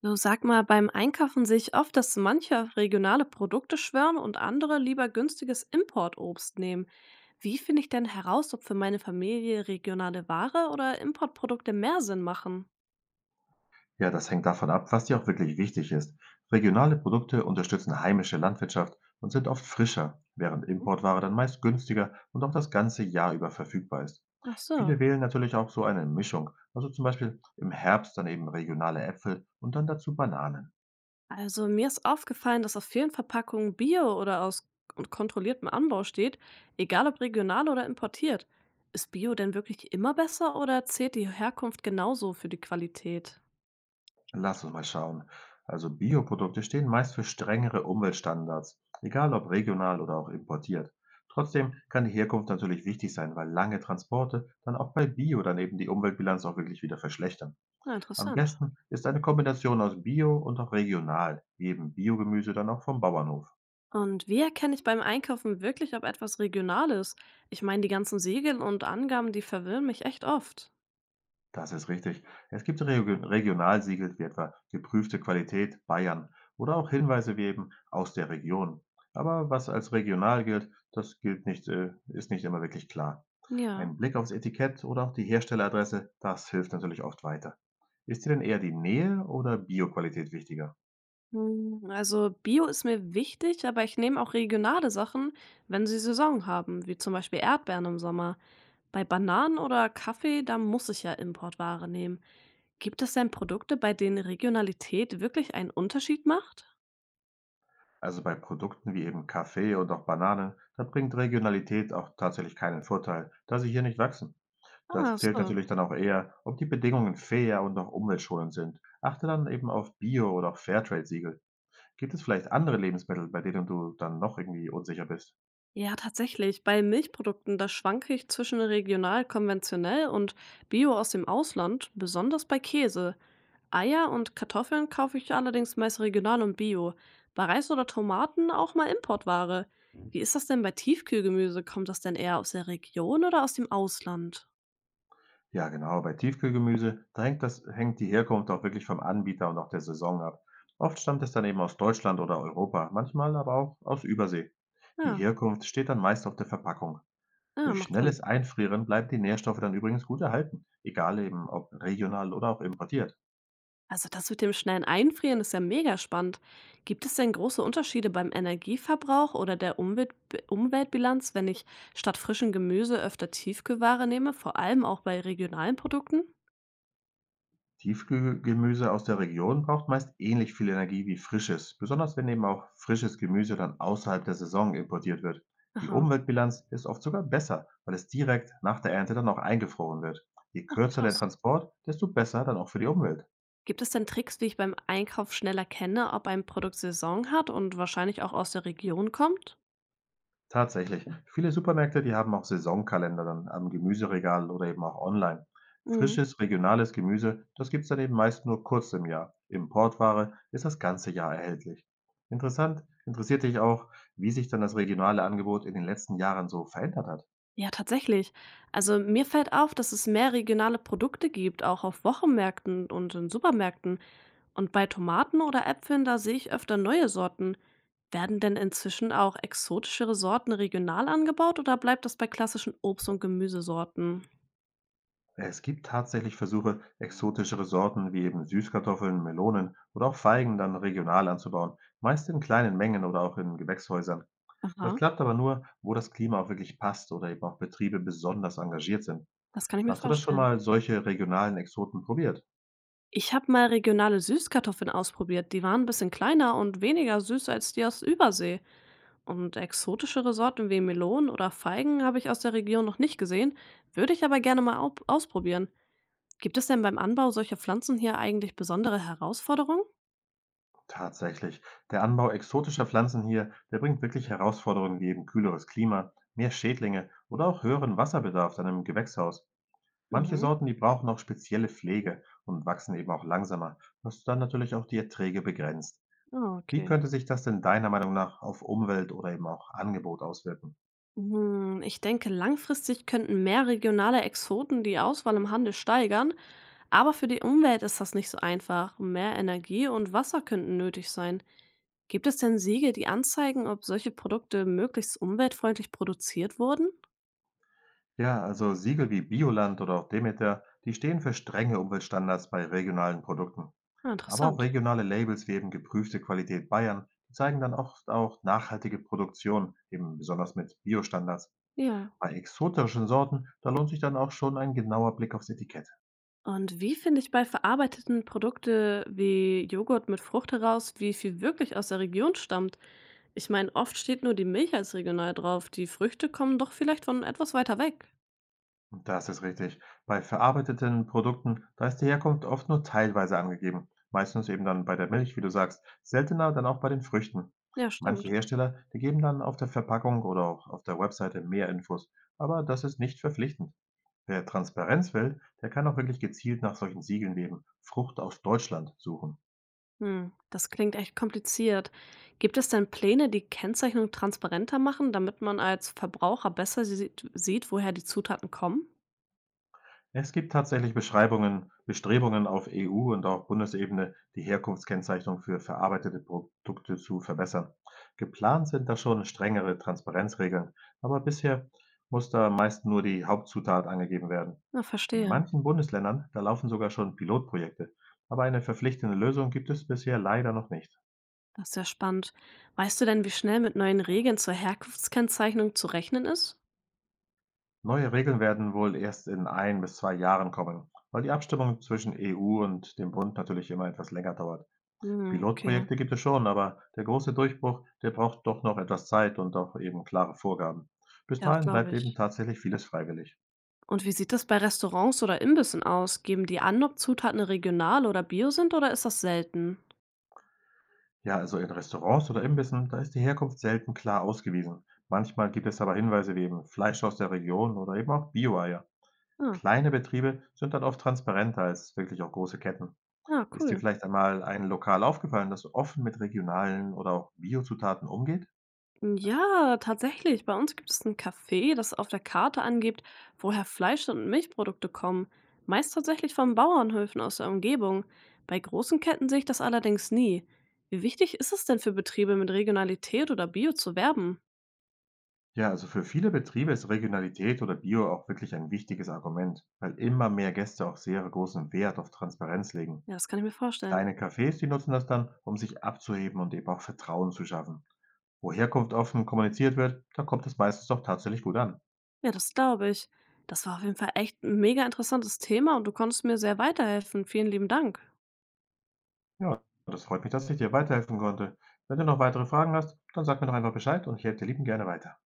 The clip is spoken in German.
Du sag mal, beim Einkaufen sehe ich oft, dass manche auf regionale Produkte schwören und andere lieber günstiges Importobst nehmen. Wie finde ich denn heraus, ob für meine Familie regionale Ware oder Importprodukte mehr Sinn machen? Ja, das hängt davon ab, was dir auch wirklich wichtig ist. Regionale Produkte unterstützen heimische Landwirtschaft und sind oft frischer, während Mhm. Importware dann meist günstiger und auch das ganze Jahr über verfügbar ist. Ach so. Viele wählen natürlich auch so eine Mischung, also zum Beispiel im Herbst dann eben regionale Äpfel und dann dazu Bananen. Also mir ist aufgefallen, dass auf vielen Verpackungen Bio oder aus und kontrolliertem Anbau steht, egal ob regional oder importiert. Ist Bio denn wirklich immer besser oder zählt die Herkunft genauso für die Qualität? Lass uns mal schauen. Also Bioprodukte stehen meist für strengere Umweltstandards, egal ob regional oder auch importiert. Trotzdem kann die Herkunft natürlich wichtig sein, weil lange Transporte dann auch bei Bio dann eben die Umweltbilanz auch wirklich wieder verschlechtern. Ah, Am interessant. besten ist eine Kombination aus Bio und auch regional, wie eben Biogemüse dann auch vom Bauernhof. Und wie erkenne ich beim Einkaufen wirklich, ob etwas regional ist? Ich meine, die ganzen Siegel und Angaben, die verwirren mich echt oft. Das ist richtig. Es gibt Regio Regionalsiegel wie etwa geprüfte Qualität Bayern oder auch Hinweise wie eben aus der Region. Aber was als regional gilt, das gilt nicht, ist nicht immer wirklich klar. Ja. Ein Blick aufs Etikett oder auch die Herstelleradresse, das hilft natürlich oft weiter. Ist dir denn eher die Nähe oder Bioqualität wichtiger? Hm, also Bio ist mir wichtig, aber ich nehme auch regionale Sachen, wenn sie Saison haben, wie zum Beispiel Erdbeeren im Sommer. Bei Bananen oder Kaffee, da muss ich ja Importware nehmen. Gibt es denn Produkte, bei denen Regionalität wirklich einen Unterschied macht? Also bei Produkten wie eben Kaffee und auch Banane, da bringt Regionalität auch tatsächlich keinen Vorteil, da sie hier nicht wachsen. Das Ah, zählt so. natürlich dann auch eher, ob die Bedingungen fair und auch umweltschonend sind. Achte dann eben auf Bio- oder auch Fairtrade-Siegel. Gibt es vielleicht andere Lebensmittel, bei denen du dann noch irgendwie unsicher bist? Ja, tatsächlich. Bei Milchprodukten, da schwanke ich zwischen regional konventionell und Bio aus dem Ausland, besonders bei Käse. Eier und Kartoffeln kaufe ich allerdings meist regional und Bio. Bei Reis oder Tomaten auch mal Importware. Wie ist das denn bei Tiefkühlgemüse? Kommt das denn eher aus der Region oder aus dem Ausland? Ja, genau, bei Tiefkühlgemüse, da hängt, das, hängt die Herkunft auch wirklich vom Anbieter und auch der Saison ab. Oft stammt es dann eben aus Deutschland oder Europa, manchmal aber auch aus Übersee. Die Ja, Herkunft steht dann meist auf der Verpackung. ja, Durch macht Sinn. schnelles Einfrieren bleiben die Nährstoffe dann übrigens gut erhalten, egal eben ob regional oder auch importiert. Also das mit dem schnellen Einfrieren ist ja mega spannend. Gibt es denn große Unterschiede beim Energieverbrauch oder der Umweltbilanz, wenn ich statt frischem Gemüse öfter Tiefkühlware nehme, vor allem auch bei regionalen Produkten? Tiefkühlgemüse aus der Region braucht meist ähnlich viel Energie wie frisches, besonders wenn eben auch frisches Gemüse dann außerhalb der Saison importiert wird. Die Aha, Umweltbilanz ist oft sogar besser, weil es direkt nach der Ernte dann auch eingefroren wird. Je ach kürzer der krass. Transport, desto besser dann auch für die Umwelt. Gibt es denn Tricks, wie ich beim Einkauf schneller kenne, ob ein Produkt Saison hat und wahrscheinlich auch aus der Region kommt? Tatsächlich. Viele Supermärkte, die haben auch Saisonkalender dann am Gemüseregal oder eben auch online. Mhm. Frisches, regionales Gemüse, das gibt's dann eben meist nur kurz im Jahr. Importware ist das ganze Jahr erhältlich. Interessant, interessiert dich auch, wie sich dann das regionale Angebot in den letzten Jahren so verändert hat? Ja, tatsächlich. Also mir fällt auf, dass es mehr regionale Produkte gibt, auch auf Wochenmärkten und in Supermärkten. Und bei Tomaten oder Äpfeln, da sehe ich öfter neue Sorten. Werden denn inzwischen auch exotischere Sorten regional angebaut oder bleibt das bei klassischen Obst- und Gemüsesorten? Es gibt tatsächlich Versuche, exotischere Sorten wie eben Süßkartoffeln, Melonen oder auch Feigen dann regional anzubauen, meist in kleinen Mengen oder auch in Gewächshäusern. Das Aha, klappt aber nur, wo das Klima auch wirklich passt oder eben auch Betriebe besonders engagiert sind. das kann ich mir Hast du das schon vorstellen. mal solche regionalen Exoten probiert? Ich habe mal regionale Süßkartoffeln ausprobiert. Die waren ein bisschen kleiner und weniger süß als die aus Übersee. Und exotische Sorten wie Melonen oder Feigen habe ich aus der Region noch nicht gesehen, würde ich aber gerne mal ausprobieren. Gibt es denn beim Anbau solcher Pflanzen hier eigentlich besondere Herausforderungen? Tatsächlich. Der Anbau exotischer Pflanzen hier, der bringt wirklich Herausforderungen wie eben kühleres Klima, mehr Schädlinge oder auch höheren Wasserbedarf an einem Gewächshaus. Manche Mhm. Sorten, die brauchen auch spezielle Pflege und wachsen eben auch langsamer, was dann natürlich auch die Erträge begrenzt. Ah, Wie okay. könnte sich das denn deiner Meinung nach auf Umwelt oder eben auch Angebot auswirken? Hm, ich denke, langfristig könnten mehr regionale Exoten die Auswahl im Handel steigern, aber für die Umwelt ist das nicht so einfach. Mehr Energie und Wasser könnten nötig sein. Gibt es denn Siegel, die anzeigen, ob solche Produkte möglichst umweltfreundlich produziert wurden? Ja, also Siegel wie Bioland oder auch Demeter, die stehen für strenge Umweltstandards bei regionalen Produkten. Ah, Aber interessant. auch regionale Labels wie eben geprüfte Qualität Bayern, die zeigen dann oft auch nachhaltige Produktion, eben besonders mit Biostandards. Ja. Bei exotischen Sorten, da lohnt sich dann auch schon ein genauer Blick aufs Etikett. Und wie finde ich bei verarbeiteten Produkte wie Joghurt mit Frucht heraus, wie viel wirklich aus der Region stammt? Ich meine, oft steht nur die Milch als regional drauf. Die Früchte kommen doch vielleicht von etwas weiter weg. Das ist richtig. Bei verarbeiteten Produkten, da ist die Herkunft oft nur teilweise angegeben. Meistens eben dann bei der Milch, wie du sagst. Seltener dann auch bei den Früchten. Ja, Manche stimmt. Hersteller, die geben dann auf der Verpackung oder auch auf der Webseite mehr Infos. Aber das ist nicht verpflichtend. Wer Transparenz will, der kann auch wirklich gezielt nach solchen Siegeln leben. Frucht aus Deutschland suchen. Hm, das klingt echt kompliziert. Gibt es denn Pläne, die Kennzeichnung transparenter machen, damit man als Verbraucher besser sieht, woher die Zutaten kommen? Es gibt tatsächlich Beschreibungen Bestrebungen auf EU und auch Bundesebene, die Herkunftskennzeichnung für verarbeitete Produkte zu verbessern. Geplant sind da schon strengere Transparenzregeln, aber bisher muss da meist nur die Hauptzutat angegeben werden. Na, In verstehe. manchen Bundesländern, da laufen sogar schon Pilotprojekte, aber eine verpflichtende Lösung gibt es bisher leider noch nicht. Das ist ja spannend. Weißt du denn, wie schnell mit neuen Regeln zur Herkunftskennzeichnung zu rechnen ist? Neue Regeln werden wohl erst in ein bis zwei Jahren kommen, weil die Abstimmung zwischen EU und dem Bund natürlich immer etwas länger dauert. Hm, okay. Pilotprojekte gibt es schon, aber der große Durchbruch, der braucht doch noch etwas Zeit und auch eben klare Vorgaben. Bis Ja, das dahin bleibt glaube eben ich. tatsächlich vieles freiwillig. Und wie sieht das bei Restaurants oder Imbissen aus? Geben die an, ob Zutaten regional oder bio sind oder ist das selten? Ja, also in Restaurants oder Imbissen, da ist die Herkunft selten klar ausgewiesen. Manchmal gibt es aber Hinweise wie eben Fleisch aus der Region oder eben auch Bio-Eier. Ah, Kleine Betriebe sind dann oft transparenter als wirklich auch große Ketten. ah, Ist dir cool. vielleicht einmal ein Lokal aufgefallen, das offen mit regionalen oder auch Biozutaten umgeht? Ja, tatsächlich. Bei uns gibt es ein Café, das auf der Karte angibt, woher Fleisch und Milchprodukte kommen. Meist tatsächlich von Bauernhöfen aus der Umgebung. Bei großen Ketten sehe ich das allerdings nie. Wie wichtig ist es denn für Betriebe mit Regionalität oder Bio zu werben? Ja, also für viele Betriebe ist Regionalität oder Bio auch wirklich ein wichtiges Argument, weil immer mehr Gäste auch sehr großen Wert auf Transparenz legen. Ja, das kann ich mir vorstellen. Kleine Cafés, die nutzen das dann, um sich abzuheben und eben auch Vertrauen zu schaffen. Wo Herkunft offen kommuniziert wird, da kommt es meistens doch tatsächlich gut an. Ja, das glaube ich. Das war auf jeden Fall echt 'n mega interessantes Thema und du konntest mir sehr weiterhelfen. Vielen lieben Dank. Und es freut mich, dass ich dir weiterhelfen konnte. Wenn du noch weitere Fragen hast, dann sag mir doch einfach Bescheid und ich helfe dir lieben gerne weiter.